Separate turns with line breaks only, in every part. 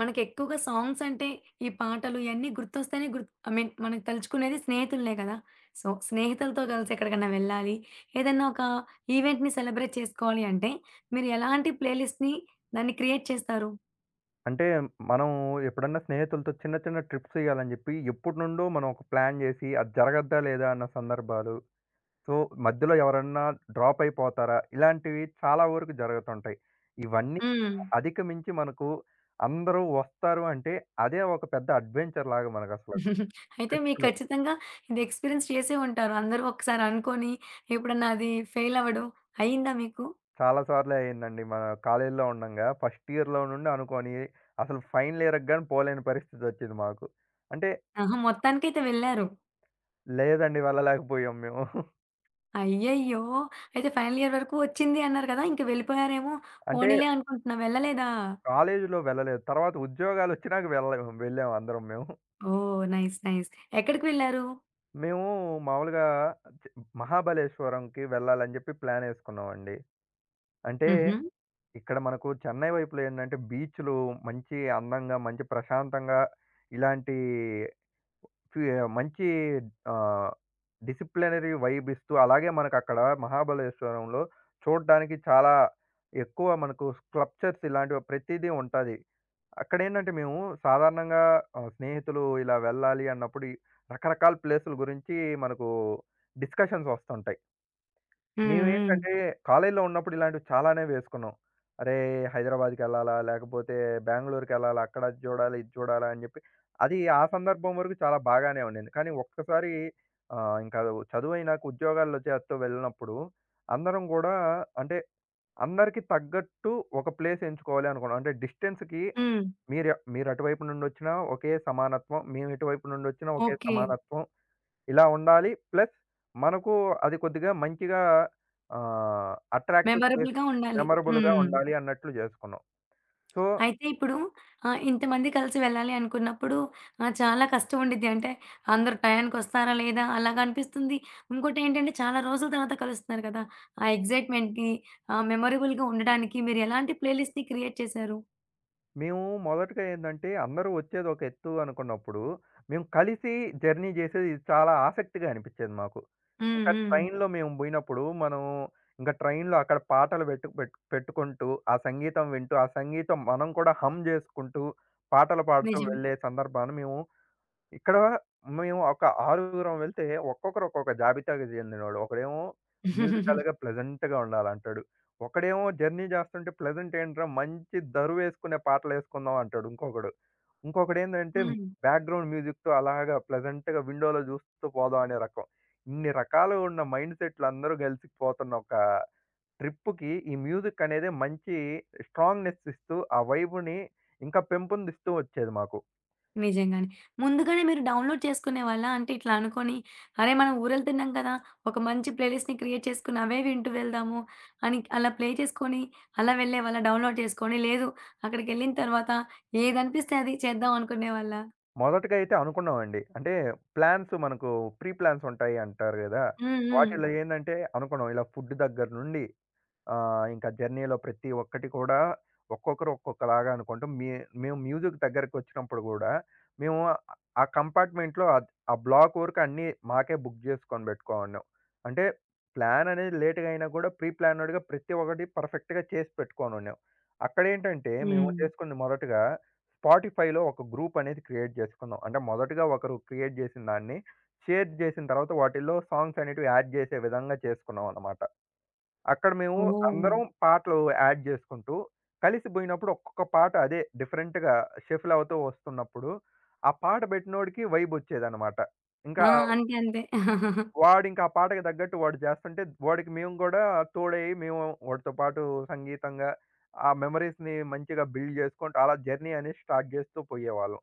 మనకెక్కువగా songs అంటే, ఈ పాటలు ఇయన్నీ గుర్తొస్తేనే గుర్తు ఐ మీన్ మనకు తలుచుకునేది స్నేహితులనే కదా! సో, స్నేహితులతో కలిసి ఎక్కడికన్నా వెళ్ళాలి, ఏదన్నా ఒక ఈవెంట్‌ని సెలబ్రేట్ చేసుకోవాలి అంటే, మీరు ఎలాంటి ప్లేలిస్ట్‌ని దాన్ని క్రియేట్ చేస్తారు?
అంటే మనం ఎప్పుడన్నా స్నేహితులతో చిన్న చిన్న ట్రిప్స్ ఎయ్యాలని జెప్పి ఎప్పటినుండో మనం ఒక ప్లాన్ జేసి అది జరగద్దా? లేదా? అన్న సందర్భాలు. సో, మధ్యలో ఎవరన్నా డ్రాప్ అయిపోతారా? ఇలాంటివి చాలా వరకు జరుగుతుంటాయి. ఇవన్నీ
హ్మ్.
అధికమించి మనకు అందరూ వస్తారు అంటే అదే ఒక పెద్ద అడ్వెంచర్ లాగా మనకసలు
అయితే మీకు
ట్రిప్‌లో.
ఖచ్చితంగా ఇది ఎక్స్‌పీరియన్స్ చేసే ఉంటారు. అందరూ ఒకసారి అనుకోని, ఎప్పుడన్నా అది ఫెయిల్ అవ్వడం అయిందా మీకు?
చాలా సార్లు అయిందండి. మన కాలేజీలో ఉండంగా ఫస్ట్ ఇయర్‌లో నుండి అనుకోని అసలు ఫైనల్ ఇయర్‌కి గాని పోలేని పరిస్థితొచ్చింది మాకు. అంటే
ఆహా! మొత్తానికైతే వెళ్లారు.
లేదండి, వెళ్ళలేకపోయాం మేము.
అయ్యయ్యో! అయితే ఫైనల్ ఇయర్ వరకు వచ్చింది అన్నారు కదా! ఇంక వెళ్ళిపోయారేమో,
అంటే
పోనీలే అనుకుంటున్నా వెళ్ళలేదా?
కాలేజీలో వెళ్ళలేదు. తర్వాత ఉద్యోగాలొచ్చినాక వెళ్ళాం అందరం మేము.
ఓహ్! నైస్. నైస్. ఎక్కడికి వెళ్లారు?
మేము మామూలుగా చ్ మహాబలేశ్వరంకి వెళ్ళాలని జెప్పి ప్లానేసుకున్నామండి. అంటే
హుహు.
ఇక్కడ మనకు చెన్నై వైపులో ఏందంటే బీచ్‌లు మంచి అందంగా, మంచి ప్రశాంతంగా ఇలాంటి ఫీ మంచి ఆహ్, డిసిప్లినరీ వైబ్ ఇస్తూ అలాగే మనకక్కడ మహాబలేశ్వరంలో చూడడానికి చాలా ఎక్కువ మనకు స్కల్ప్చర్స్ ఇలాంటివి ప్రతీదీ ఉంటాది. అక్కడేంటంటే మేము సాధారణంగా స్నేహితులు ఇలా వెళ్ళాలి అన్నప్పుడు ఈ రకరకాల ప్లేసుల గురించి మనకు డిస్కషన్స్ వస్తుంటాయి.
హ్మ్. హ్మ్.
మేమేంటంటే కాలేజీలో ఉన్నప్పుడు ఇలాంటివి చాలానే వేసుకున్నాం. అరే! హైదరాబాద్‌కెళ్ళాలా? లేకపోతే బెంగుళూరుకెళ్ళాలా? అక్కడ అది చూడాలి, ఇది చూడాలా అని చెప్పి అది ఆ సందర్భం వరకు చాలా బాగానే ఉండింది. కానీ ఒక్కసారి ఇంకా చదువైనాక ఉద్యోగాల్లో చేస్తూ వెళ్ళినప్పుడు అందరం గూడా అంటే అందరికీ తగ్గట్టు ఒక ప్లేస్ ఎంచుకోవాలి అనుకున్నాం. అంటే డిస్టెన్స్‌కి
హ్మ్.
మీరు మీరు అటువైపు నుండొచ్చినా ఒకే సమానత్వం. మేము ఇటువైపు నుండొచ్చినా ఒకే
ఓకే.
సమానత్వం. ఇలా ఉండాలి. ప్లస్ మనకు అది కొద్దిగా మంచిగా అట్రాక్టివ్ ప్లేస్,
మెమరబుల్‌గా ఉండాలి.
మెమరబుల్‌గా
హ్మ్.
ఉండాలి అన్నట్లు జేసుకున్నాం. సో,
అయితే ఇప్పుడు ఇంతమంది కలిసి వెళ్ళాలి అనుకున్నప్పుడు చాలా కష్టం ఉండిద్ది. అంటే అందరూ టయానికొస్తారా లేదా అలాగా అనిపిస్తుంది. ఇంకోటేంటంటే చాలా రోజుల తర్వాత కలుస్తున్నారు కదా! ఆ ఎక్సైట్‌మెంట్‌కి మెమరబుల్‌గా ఉండడానికి మీరు ఎలాంటి ప్లేలిస్ట్‌ని క్రియేట్ చేశారు?
మేము మొదటగా ఏందంటే, అందరూ వచ్చేది ఒక ఎత్తు అనుకున్నప్పుడు, మేము కలిసి జర్నీ జేసేది ఇది చాలా ఆసక్తిగా అనిపిచ్చేది మాకు.
హ్మ్.
ఇంకా
హ్మ్.
ట్రైన్‌లో మేము బోయినప్పుడు, మనం ఇంకా ట్రైన్‌లో అక్కడ పాటలు పెట్టు పెట్టు పెట్టుకుంటూ, ఆ సంగీతం వింటూ, ఆ సంగీతం మనం కూడా హమ్ జేసుకుంటూ, పాటలు పాడుతూ
నిజం.
వెళ్ళే సందర్భాన్ని మేము ఇక్కడ మేము ఒక ఆరుగురం వెళ్తే ఒక్కొక్కరు ఒక్కొక్క జాబితాకి చెందినోడు. ఒకడేమో మ్యూజికల్‌గా ప్లెజెంట్‌గా ఉండాలంటాడు. ఒకడేమో జర్నీ చేస్తుంటే ప్లెజెంట్ ఏంట్రా మంచి దరువేసుకునే పాటలేసుకుందాం అంటాడు ఇంకొకడు. ఇంకొకడేందంటే
హ్మ్.
బ్యాక్‌గ్రౌండ్ మ్యూజిక్‌తో అలాగా ప్లెజెంట్‌గా విండోలో చూస్తూ పోదాం అనే రకం. ఇన్ని రకాలు ఉన్న మైండ్ సెట్లు అందరూ కలిసిపోతున్న ఒక ట్రిప్పుకి ఈ మ్యూజిక్ అనేది మంచి స్ట్రాంగ్‌నెస్ ఇస్తూ, ఆ వైబుని ఇంకా పెంపొందిస్తూ వచ్చేది మాకు.
నిజంగానే. ముందుగానే మీరు డౌన్‌లోడ్ చేసుకునేవాళ్ళా? అంటే ఇట్లా అనుకోని, అరే! మనం ఊరెళ్తున్నాం కదా! ఒక మంచి ప్లేలిస్ట్‌ని క్రియేట్ చేసుకొని అవే వింటూ వెళ్దాము అని అలా ప్లే చేసుకొని, అలా వెళ్ళేవాళ్ళా డౌన్‌లోడ్ చేసుకొని? లేదు అక్కడికెళ్ళిన తర్వాత ఏదనిపిస్తే అది చేద్దాం అనుకునేవాళ్ళా?
మొదటగా అయితే అనుకున్నామండి. అంటే ప్లాన్స్ మనకు ప్రీ ప్లాన్స్ ఉంటాయి అంటారు గదా!
హ్మ్. హ్మ్.
వాటిలో ఏందంటే అనుకున్నాం ఇలా ఫుడ్ దగ్గర నుండి, ఇంకా జర్నీలో ప్రతి ఒక్కటి కూడా ఒక్కొక్కరు ఒక్కొక్కలాగా అనుకుంటూ మేము మ్యూజిక్ దగ్గరకొచ్చినప్పుడు గూడా, మేము ఆ కంపార్ట్‌మెంట్‌లో ఆ బ్లాక్ వరకు అన్నీ మాకే బుక్ జేసుకొని బెట్టుకోనున్నాం. అంటే ప్లాన్ అనేది లేట్‌గా అయినా గూడా ప్రీ ప్లానెడ్‌గా ప్రతి ఒక్కటి పర్ఫెక్ట్‌గా చేసి పెట్టుకొనున్నాం. అక్కడేంటంటే మేము
హ్మ్.
చేసుకుంది మొదటగా స్పాటిఫైలో ఒక గ్రూప్ అనేది క్రియేట్ జేసుకున్నాం. అంటే మొదటగా ఒకరు క్రియేట్ జేసిన దాన్ని షేర్ జేసిన తర్వాత వాటిల్లో సాంగ్స్ అనేటివి యాడ్ జేసే విధంగా చేసుకున్నామన్నమాట. అక్కడ మేము
ఓహ్!
అందరం పాటలు యాడ్ జేసుకుంటూ, కలిసిబోయినప్పుడు ఒక్కొక్క పాట అదే డిఫరెంట్‌గా షఫుల్ అవుతూ వస్తున్నప్పుడు, ఆ పాట బెట్టినోడికి వైబొచ్చేదనమాట.
ఆ!
ఇంకా
అంతే. అంతే.
వాడింకా ఆ పాటకి తగ్గట్టు వాడు జేస్తుంటే, వాడికి మేము గూడా తోడై మేము వాడితో పాటు సంగీతంగా, ఆ మెమోరీస్‌ని మంచిగా బిల్డ్ జేసుకుంటూ, అలా జర్నీ అనేది స్టార్ట్ జేస్తూ పోయేవాళ్ళం.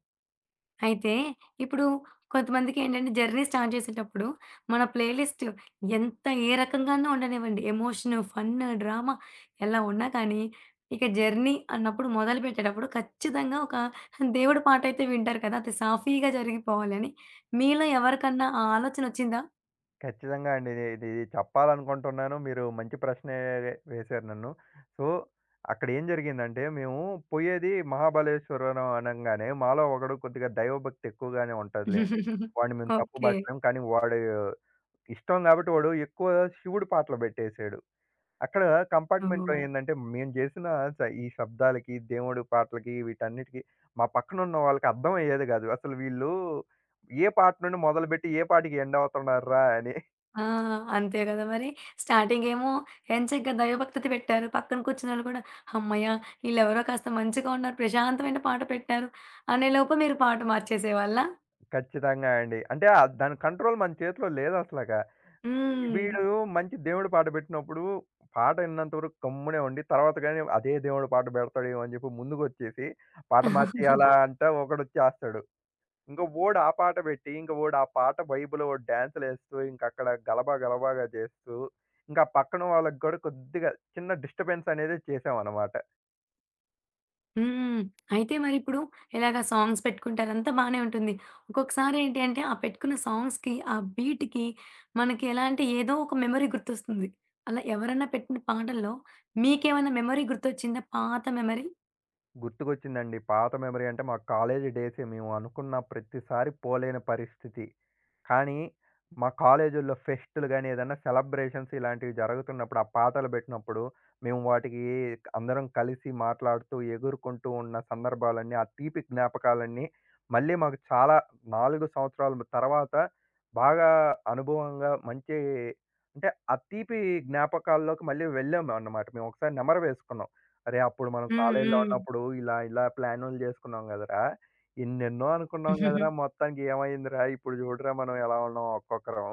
అయితే ఇప్పుడు కొంతమందికేంటంటే జర్నీ స్టార్ట్ చేసేటప్పుడు మన ప్లే లిస్ట్ ఎంత ఏ రకంగానూ ఉండనివ్వండి. ఎమోషన్, ఫన్, డ్రామా ఎలా ఉన్నా కానీ, ఇక జర్నీ అన్నప్పుడు మొదలుపెట్టేటప్పుడు ఖచ్చితంగా ఒక దేవుడి పాటైతే వింటారు కదా! అది సాఫీగా జరిగిపోవాలని. మీలో ఎవరికన్నా ఆ ఆలోచనొచ్చిందా?
ఖచ్చితంగా అండి. ఇది ఇది చెప్పాలనుకుంటున్నాను. మీరు మంచి ప్రశ్నే వేశారు నన్ను. సో, అక్కడ ఏం జరిగిందంటే మేము పోయేది మహాబలేశ్వరం అనంగానే మాలో ఒకడు కొద్దిగా దైవభక్తి ఎక్కువగానే ఉంటదిలెండి. వాడిని మేము తప్పు
ఓకే.
పట్టలేం. కానీ వాడు ఇష్టం కాబట్టి వాడు ఎక్కువ శివుడి పాటలు పెట్టేసాడు. అక్కడ కంపార్ట్మెంట్‌లో
ఓహ్!
ఏందంటే మేము జేసిన ఈ శబ్దాలకి, దేవుడి పాటలకి వీటన్నిటికి మా పక్కనున్న వాళ్ళకి అర్థమయ్యేది గాదు. అసలు వీళ్ళు ఏ పాట నుండి మొదలుపెట్టి ఏ పాటకి ఎండ్ అవుతున్నార్రా అని.
ఆ! అంతే గదా! మరి. స్టార్టింగేమో ఎంచక్కా దైవభక్తిది పెట్టారు. పక్కన కూర్చున్నోళ్ళు కూడా, హమ్మయ్య! ఈళ్ళెవరో కాస్త మంచిగా ఉన్నారు, ప్రశాంతమైన పాట పెట్టారు అనేలోపు మీరు పాట మార్చేసేవాళ్ళా?
ఖచ్చితంగా అండి. అంటే దాని కంట్రోల్ మన చేతిలో లేదసలగా.
హ్మ్.
వీడు మంచి దేవుడి పాట పెట్టినప్పుడు, పాట ఇన్నంత వరకు గమ్మునే ఉండి, తర్వాత గాని అదే దేవుడి పాట పెడతాడేమో అని చెప్పి ముందుకొచ్చేసి, పాట మార్చేయాలా అంటే ఒకడొచ్చేస్తాడు. ఇంక ఓడు ఆ పాట పెట్టి, ఇంక ఓడు ఆ పాట వైబ్‌లో ఓడు డాన్సులేస్తూ, ఇంకక్కడ గలబా గలబాగా చేస్తూ, ఇంకా పక్కన వాళ్ళకి గూడా కొద్దిగా చిన్న డిస్టర్బెన్స్ అనేది చేశామనమాట.
హ్మ్. అయితే మరిప్పుడు ఇలాగ సాంగ్స్ పెట్టుకుంటారు. అంతా బానే ఉంటుంది. ఒక్కొక్కసారి ఏంటి అంటే, ఆ పెట్టుకున్న సాంగ్స్‌కి, ఆ బీట్‌కి మనకి ఎలా అంటే, ఏదో ఒక మెమరీ గుర్తొస్తుంది. అలా ఎవరన్నా పెట్టిన పాటల్లో మీకేమైనా మెమరీ గుర్తొచ్చిందా? పాత మెమరీ?
గుర్తుకొచ్చిందండి, పాత మెమరీ అంటే మా కాలేజీ డేసే. మేము అనుకున్న ప్రతిసారి పోలేని పరిస్థితి. కానీ, మా కాలేజుల్లో ఫెస్టులు గాని, ఏదన్నా సెలబ్రేషన్స్ ఇలాంటివి జరుగుతున్నప్పుడు, ఆ పాటలు బెట్టినప్పుడు, మేము వాటికి అందరం కలిసి మాట్లాడుతూ, ఎగురుకుంటూ ఉన్న సందర్భాలన్నీ, ఆ తీపి జ్ఞాపకాలన్నీ మళ్ళీ మాకు చాలా 4 సంవత్సరాల తర్వాత బాగా అనుభవంగా మంచి అంటే, ఆ తీపి జ్ఞాపకాల్లోకి మళ్ళీ వెళ్ళామన్నమాట. మేము ఒకసారి నెమరు వేసుకున్నాం. "అరే! అప్పుడు మనం
హ్మ్.
కాలేజీలో
హ్మ్.
ఉన్నప్పుడు ఇలా, ఇలా ప్లానులు జేసుకున్నాం గదరా!" ఎన్నెన్నో అనుకున్నాం గదరా! మొత్తానికి ఏమైందిరా? ఇప్పుడు చూడురా మనం ఎలా ఉన్నాం ఒక్కొక్కరం.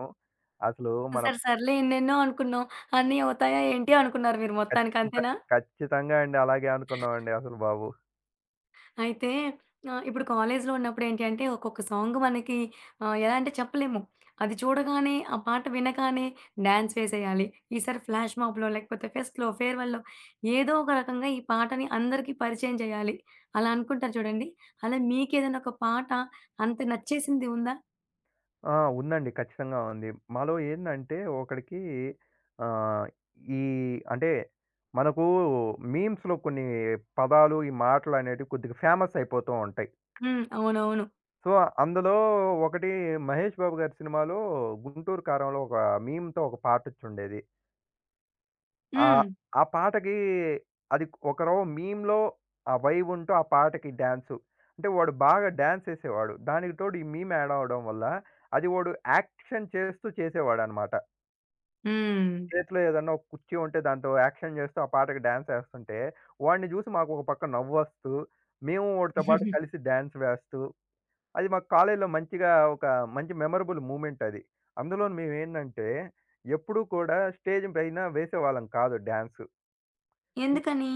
అసలు మన
సరే సర్లే ఎన్నెన్నో అనుకున్నాం. అన్నీ అవుతాయా ఏంటి అనుకున్నారు మీరు మొత్తానికి
ఖచ్చిత
అంతేనా?
ఖచ్చితంగా అండి. అలాగే అనుకున్నామండి అసలు బాబు.
అయితే ఇప్పుడు కాలేజీలో ఉన్నప్పుడు ఏంటి అంటే ఒక్కొక్క సాంగ్ మనకి ఎలా అంటే చెప్పలేము. అది చూడగానే, ఆ పాట వినగానే డాన్స్ వేసేయాలి. ఈసారి ఫ్లాష్ మాబ్‌లో లేకపోతే ఫెస్ట్‌లో, ఫేర్‌వెల్‌లో ఏదో ఒక రకంగా ఈ పాటని అందరికీ పరిచయం చేయాలి. అలా అనుకుంటారు చూడండి. అలా మీకేదైనా ఒక పాట అంత నచ్చేసింది ఉందా?
ఆ! ఉందండి. ఖచ్చితంగా ఉంది. మాలో ఏందంటే ఒకడికి ఆహ్, ఈ అంటే మనకు మీమ్స్‌లో కొన్ని పదాలు, ఈ మాటలనేటివి కొద్దిగా ఫేమస్ అయిపోతూ ఉంటాయి.
హ్మ్. అవునవును.
సో, అందులో ఒకటి 'మహేష్ బాబు' గారి సినిమాలో 'గుంటూరు కారంలో' ఒక మీమ్‌తో ఒక పాటొచ్చుండేది.
హ్మ్.
ఆహ్, ఆ పాటకి అది ఒకరో మీమ్‌లో ఆ వైబ్ ఉంటూ ఆ పాటకి డాన్సు. అంటే వాడు బాగా డాన్స్ ఎసేవాడు. దానికి తోడు ఈ మీమ్ యాడ్ అవ్వడం వల్ల అది వాడు యాక్షన్ చేస్తూ చేసేవాడనమాట.
హ్మ్.
చేతిలో ఏదన్నా ఒక కుర్చీ ఉంటే దాంతో యాక్షన్ చేస్తూ ఆ పాటకి డాన్స్ ఎస్తుంటే వాడిని చూసి మాకు ఒక పక్క నవ్వొస్తూ, మేము వాడితో పాటు కలిసి డాన్స్ వేస్తూ, అది మాకు కాలేజీలో మంచిగా ఒక మంచి మెమరబుల్ మూమెంట్ అది. అందులోను మేమేందంటే ఎప్పుడూ కూడా స్టేజ్ పైన వేసేవాళ్ళం కాదు డాన్సు.
ఎందుకని?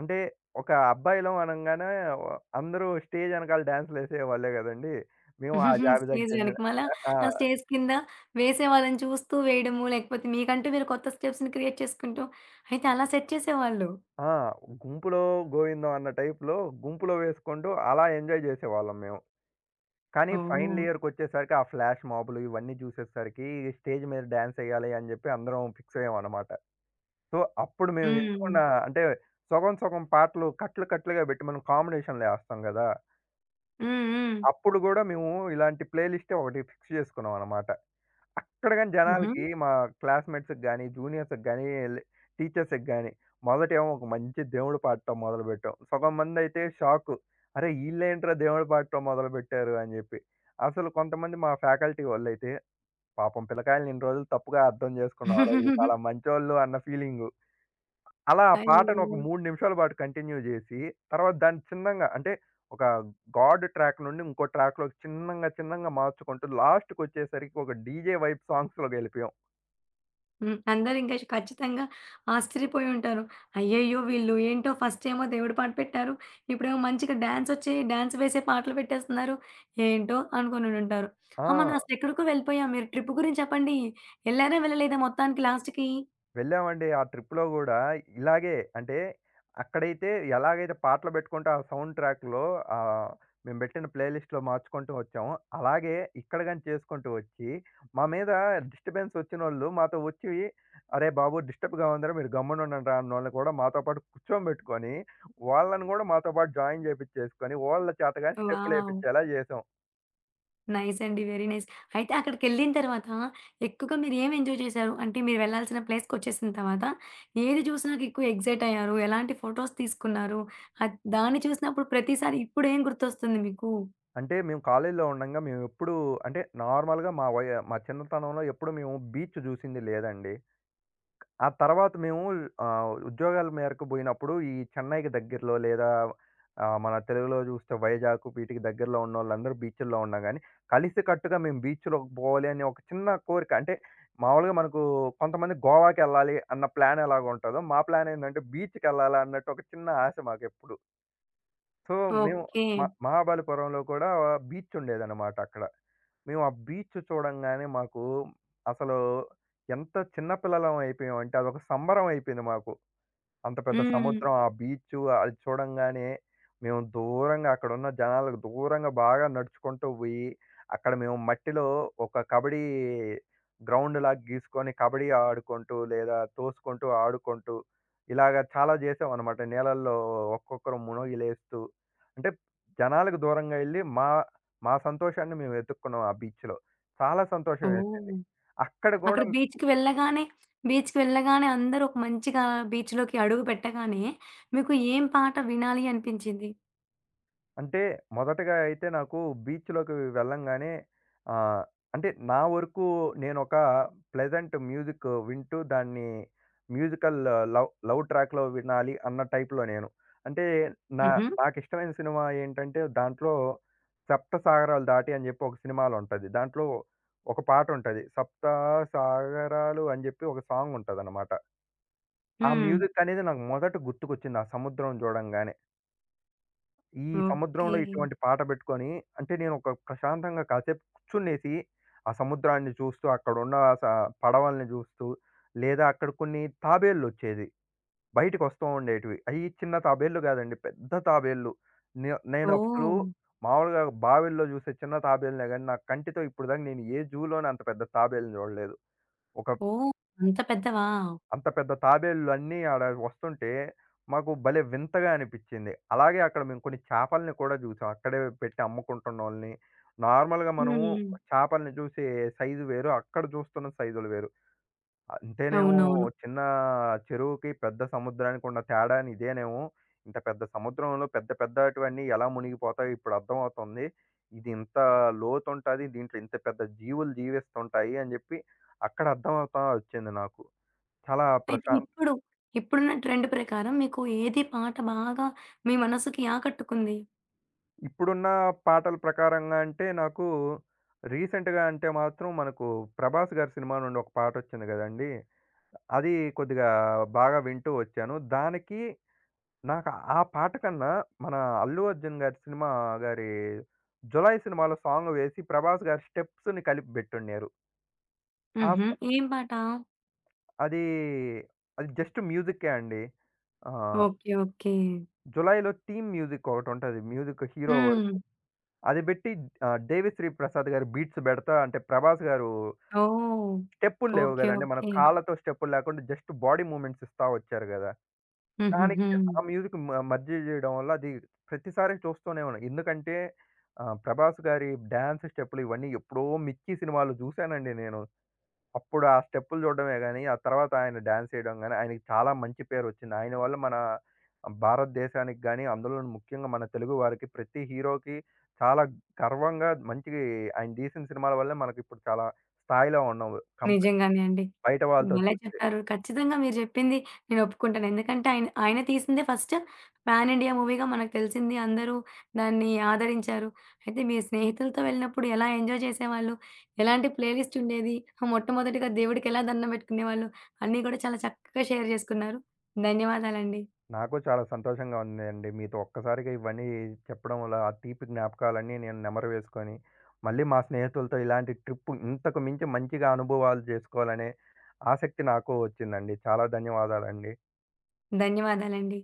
అంటే ఒక అబ్బాయిలం అనంగానే వ అందరూ స్టేజ్ ఎనకాల డాన్సులేసేవాళ్ళే గదండీ! మేము ఆ జాబితాకి
స్టేజ్
చెందిన
వెనకమాల,
ఆ!
ఆ స్టేజ్ కింద వేసేవాళ్ళని చూస్తూ వేయడము, లేకపోతే మీకంటూ మీరు కొత్త స్టెప్స్‌ని క్రియేట్ చేసుకుంటూ అయితే అలా సెట్ చేసేవాళ్ళు.
ఆ! గుంపులో గోవిందం అన్న టైప్‌లో గుంపులో వేసుకుంటూ అలా ఎంజాయ్ జేసేవాళ్ళం మేము. కానీ ఫైనల్
ఓహ్!
ఇయర్‌కొచ్చేసరికి ఆ ఫ్లాష్ మాబులు ఇవన్నీ జూసేసరికి స్టేజ్ మీద డాన్సెయ్యాలి అని జెప్పి అందరం ఫిక్స్ అయ్యామనమాట. సో, అప్పుడు మేము
హ్మ్.
ఎంచుకున్న అంటే సగం సగం పాటలు కట్లు కట్లుగా బెట్టి మనం కాంబినేషన్‌లో యేస్తాం గదా!
హ్మ్. హ్మ్.
అప్పుడు గూడా మేము ఇలాంటి ప్లే లిస్టే ఒకటి ఫిక్స్ జేసుకున్నామనమాట. అక్కడ గాని
హుహు.
జనాలకి మా క్లాస్‌మేట్స్‌కి గాని, జూనియర్స్‌కి గాని, లే టీచర్స్‌కి గాని మొదటేమో ఒక మంచి దేవుడు పాడటం మొదలుపెట్టాం. సగం మందైతే షాకు. అరే! ఈళ్ళేంట్రా దేవుడు పాడటం మొదలుపెట్టారు అని జెప్పి. అసలు కొంతమంది మా ఫ్యాకల్టీ వోళ్ళైతే పాపం పిల్లకాయల్ని ఇన్ని రోజులు తప్పుగా అర్థం జేసుకున్నారా, ఈళ్ళు చాలా మంచోళ్ళు అన్న ఫీలింగు. అలా ఆ పాటను ఒక
అయ్యయ్యో!
3 నిమిషాల పాటు కంటిన్యూ జేసి, తర్వాత దాన్ని చిన్నంగా అంటే ఒక గాడ్ ట్రాక్ నుండి ఇంకో ట్రాక్‌లోకి చిన్నంగా, చిన్నంగా మార్చుకుంటూ లాస్ట్‌కొచ్చేసరికి ఒక డీజే వైబ్ సాంగ్స్‌లోకెళ్ళిపోయాం.
హ్మ్. అందరింకా ఖచ్చితంగా ఆశ్చర్యపోయి ఉంటారు. అయ్యయ్యో! వీళ్ళు ఏంటో ఫస్ట్ ఏమో దేవుడి పాట పెట్టారు. ఇప్పుడేమో మంచిగా డాన్సొచ్చే డాన్స్ వేసే పాటలు పెట్టేస్తున్నారు. ఏంటో అనుకోనుండుంటారు.
ఆ!
ఆ! మనం అసలెక్కడికో వెళ్ళిపోయాం. మీరు ట్రిప్ గురించి చెప్పండి. ఎళ్లారా? వెళ్ళలేదా మొత్తానికి లాస్ట్‌కి?
వెళ్ళామండి. ఆ ట్రిప్‌లో గూడా ఇలాగే అంటే అక్కడైతే ఎలాగైతే పాటలు పెట్టుకుంటూ ఆ సౌండ్ ట్రాక్‌లో ఆహ్, మేము పెట్టిన ప్లే లిస్ట్‌లో మార్చుకుంటూ వచ్చామో, అలాగే ఇక్కడ గాని చేసుకుంటూ వచ్చి, మా మీద డిస్టర్బెన్స్ వచ్చినోళ్ళు మాతో వచ్చి, "అరే బాబు! డిస్టర్బ్‌గా ఉందిరా, మీరు గమ్మున ఉండండిరా" అన్నోళ్ళని కూడా మాతో పాటు కూర్చోబెట్టుకొని, వాళ్ళని గూడా మాతో పాటు జాయిన్ చేపిచ్చేసుకొని, వాళ్ళ చేత గాని
వావ్!
స్టెప్పులేపిచ్చేలా చేసాం.
నైస్ అండి. Very nice. అయితే అక్కడికెళ్ళిన తర్వాత ఎక్కువగా మీరు ఏమి ఎంజాయ్ చేశారు? అంటే మీరు వెళ్ళాల్సిన ప్లేస్‌కొచ్చేసిన తర్వాత ఏది చూసినాక ఎక్కువ ఎక్సైట్ అయ్యారు? ఎలాంటి ఫోటోస్ తీసుకున్నారు? దాన్ని చూసినప్పుడు ప్రతిసారి ఇప్పుడేం గుర్తొస్తుంది మీకు?
అంటే మేము కాలేజీలో ఉండంగా మేము ఎప్పుడూ అంటే నార్మల్‌గా మా చిన్నతనంలో ఎప్పుడు మేము బీచ్ జూసింది లేదండి. ఆ తర్వాత మేము ఉద్యోగాల మేరకు బోయినప్పుడు ఈ చెన్నైకి దగ్గరలో లేదా మన తెలుగులో జూస్తే వైజాగ్ వీటికి దగ్గరలో ఉన్నోళ్ళందరూ బీచ్‌ల్లో ఉన్నాం గానీ, కలిసికట్టుగా మేము బీచ్‌లోకి పోవాలి అనే ఒక చిన్న కోరిక అంటే మామూలుగా మనకు కొంతమంది గోవాకెళ్ళాలి అన్న ప్లాన్ ఎలాగుంటదో, మా ప్లాన్ ఏందంటే బీచ్‌కెళ్ళాలి అన్నట్టు ఒక చిన్న ఆశ మాకెప్పుడు. సో, మేము
ఓకే.
మహాబలిపురంలో కూడా బీచ్ ఉండేదనమాట అక్కడ. మేము ఆ బీచ్ చూడంగానే మాకు అసలు ఎంత చిన్న పిల్లలం అయిపోయామంటే అదొక సంబరం అయిపోయింది మాకు. అంత పెద్ద
హ్మ్.
సముద్రం, ఆ బీచు అది చూడంగానే మేము దూరంగా అక్కడున్న జనాలకు దూరంగా బాగా నడుచుకుంటూ పోయి, అక్కడ మేము మట్టిలో ఒక కబడ్డీ గ్రౌండ్‌లాగా గీసుకొని కబడ్డీ ఆడుకుంటూ, లేదా తోసుకుంటూ, ఆడుకుంటూ ఇలాగ చాలా చేసామన్నమాట. నీళ్ళల్లో ఒక్కొక్కరం మునిగి లేస్తూ. అంటే జనాలకు దూరంగా ఎళ్లి మా మా సంతోషాన్ని మేము వెతుక్కున్నాం ఆ బీచ్‌లో. చాలా సంతోషం వేసింది.
ఓహ్!
అక్కడ
అక్కడ
గూడా
బీచ్‌కి వెళ్ళగానే బీచ్‌కి వెళ్ళగానే అందరూ ఒక మంచిగా బీచ్‌లోకి అడుగు పెట్టగానే మీకు ఏం పాట వినాలి అనిపించింది?
అంటే మొదటగా అయితే నాకు బీచ్‌లోకి వెళ్ళంగానే ఆహ్, అంటే నా వరకు నేనొక ప్లెజెంట్ మ్యూజిక్ వింటూ దాన్ని మ్యూజికల్ లవ్ లవ్ ట్రాక్‌లో వినాలి అన్న టైప్‌లో నేను. అంటే నా
హుహు.
నాకిష్టమైన సినిమా ఏంటంటే దాంట్లో 'సప్తసాగరాలు దాటి' అని చెప్పి ఒక సినిమాలో ఉంటది. దాంట్లో ఒక పాటుంటది. 'సప్త సాగరాలు' అని చెప్పి ఒక సాంగుంటదనమాట. ఆ
హ్మ్.
మ్యూజిక్ అనేది నాకు మొదట గుర్తుకొచ్చింది ఆ సముద్రం చూడంగానే. ఈ సముద్రంలో
ఓకే.
ఇటువంటి పాట పెట్టుకొని, అంటే నేనొక ప్రశాంతంగా కాసేపు కూర్చునేసి, ఆ సముద్రాన్ని చూస్తూ, అక్కడున్న స పడవల్ని జూస్తూ, లేదా అక్కడ కొన్ని తాబేళ్ళొచ్చేది. బయటికొస్తూ ఉండేటివి. అయి చిన్న తాబేళ్ళు గాదండి. పెద్ద తాబేళ్ళు. ఓకే. నేనప్పుడు
ఓహ్!
మామూలుగా బావిల్లో జూసే చిన్న తాబేలునే గానీ, నా కంటితో ఇప్పటిదాకా నేను ఏ జూలోను అంత పెద్ద తాబేలుని జూడలేదు. ఒక
ఓహ్! అంత పెద్దవా?
అంత పెద్ద తాబేళ్ళు అన్నీ ఆడ వస్తుంటే, మాకు భలే వింతగా అనిపిచ్చింది. అలాగే అక్కడ మేము కొన్ని చేపల్ని కూడా జూసాం. అక్కడే పెట్టి అమ్ముకుంటున్నోళ్ళని. నార్మల్‌గా మనం
హ్మ్.
చేపల్ని జూసే సైజు వేరు. అక్కడ జూస్తున్న సైజులు వేరు. అంతేనేమో
అవునవును.
చిన్న చెరువుకి, పెద్ద సముద్రానికి ఉన్న తేడాని ఇదేనేమో. ఇంత పెద్ద సముద్రంలో పెద్ద పెద్దటివన్నీ ఎలా మునిగిపోతాయో ఇప్పుడు అర్థమవుతుంది. ఇది ఇంత లోతుంటది. దీంట్లో ఇంత పెద్ద జీవులు జీవిస్తుంటాయి అని జెప్పి అక్కడ అర్థమవుతా ఒచ్చింది నాకు. చాలా
అయితే
ప్రశా
ఇప్పుడు, ఇప్పుడున్న ట్రెండ్ ప్రకారం మీకు ఏది పాట బాగా మీ మనసుకి ఆకట్టుకుంది?
ఇప్పుడున్న పాటల ప్రకారంగా అంటే నాకు రీసెంట్‌గా అంటే మాత్రం మనకు 'ప్రభాస్' గారి సినిమా నుండి ఒక పాటొచ్చింది గదండీ! అది కొద్దిగా బాగా వింటూ వచ్చాను. దానికి నాకు ఆ పాట కన్నా మన 'అల్లు అర్జున్' గారి సినిమా గారి 'జులై' సినిమాలో సాంగ్ వేసి 'ప్రభాస్' గారి స్టెప్స్‌ని కలిపి బెట్టుండారు. ఆ స
హుహు. ఏం పాట?
అది అది జస్ట్ మ్యూజిక్కే అండి. ఆహ్,
ఓకే. ఓకే.
'జులై'లో థీమ్ మ్యూజిక్ ఒకటుంటది. మ్యూజిక్ హీరో
హ్మ్.
వరకు. అది బెట్టి 'దేవిశ్రీ ప్రసాద్' గారి బీట్స్ బెడతా అంటే 'ప్రభాస్' గారు
ఓహ్!
స్టెప్పులు లేవు
ఓకే.
గదండీ. మనం
ఓకే.
కాళ్ళతో స్టెప్పులు లేకుండా జస్ట్ బాడీ మూవ్‌మెంట్స్ ఇస్తా వచ్చారు గదా! దానికి
హుహుహు.
ఆ మ్యూజిక్ మధ్య జేయడం వల్ల అది ప్రతిసారి చూస్తూనే ఉన్నా. ఎందుకంటే 'ప్రభాస్' గారి డాన్స్ స్టెప్పులు ఇవన్నీ ఎప్పుడో 'మిక్కీ' సినిమాలో జూసానండి నేను. అప్పుడు ఆ స్టెప్పులు చూడడమే గాని, ఆ తర్వాత ఆయన డాన్స్ చేయడం గాని, ఆయనకి చాలా మంచి పేరొచ్చింది. ఆయన వల్ల మన భారతదేశానికి గాని, అందులోను ముఖ్యంగా మన తెలుగు వారికి ప్రతి హీరోకి చాలా గర్వంగా మంచి ఆయన తీసిన సినిమాల వల్లే మనకిప్పుడు చాలా స్థాయిలో ఉన్నాం. కంపే
నిజంగానే అండి.
బయట వాళ్ళతో
భలే
చూస్తే.
చెప్పారు. ఖచ్చితంగా మీరు చెప్పింది నేను ఒప్పుకుంటాను. ఎందుకంటే ఆయన, ఆయన తీసిందే ఫస్ట్ పాన్ ఇండియా మూవీగా మనకు తెలిసింది. అందరూ దాన్ని ఆదరించారు. అయితే మీ స్నేహితులతో వెళ్ళినప్పుడు ఎలా ఎంజాయ్ చేసేవాళ్ళు? ఎలాంటి ప్లేలిస్ట్ ఉండేది? మొట్టమొదటిగా దేవుడికి ఎలా దండం పెట్టుకునేవాళ్ళు? అన్నీ కూడా చాలా చక్కగా షేర్ చేసుకున్నారు. ధన్యవాదాలండి.
నాకు చాలా సంతోషంగా ఉందండి. మీతో ఒక్కసారిగా ఇవన్నీ చెప్పడం వల్ల, ఆ తీపి జ్ఞాపకాలన్నీ నేను నెమరు వేసుకొని, మళ్ళీ మా స్నేహితులతో ఇలాంటి ట్రిప్ ఇంతకు మించి మంచిగా అనుభవాలు జేసుకోవాలనే ఆసక్తి నాకు వచ్చిందండి. చాలా ధన్యవాదాలండి.
ధన్యవాదాలండి.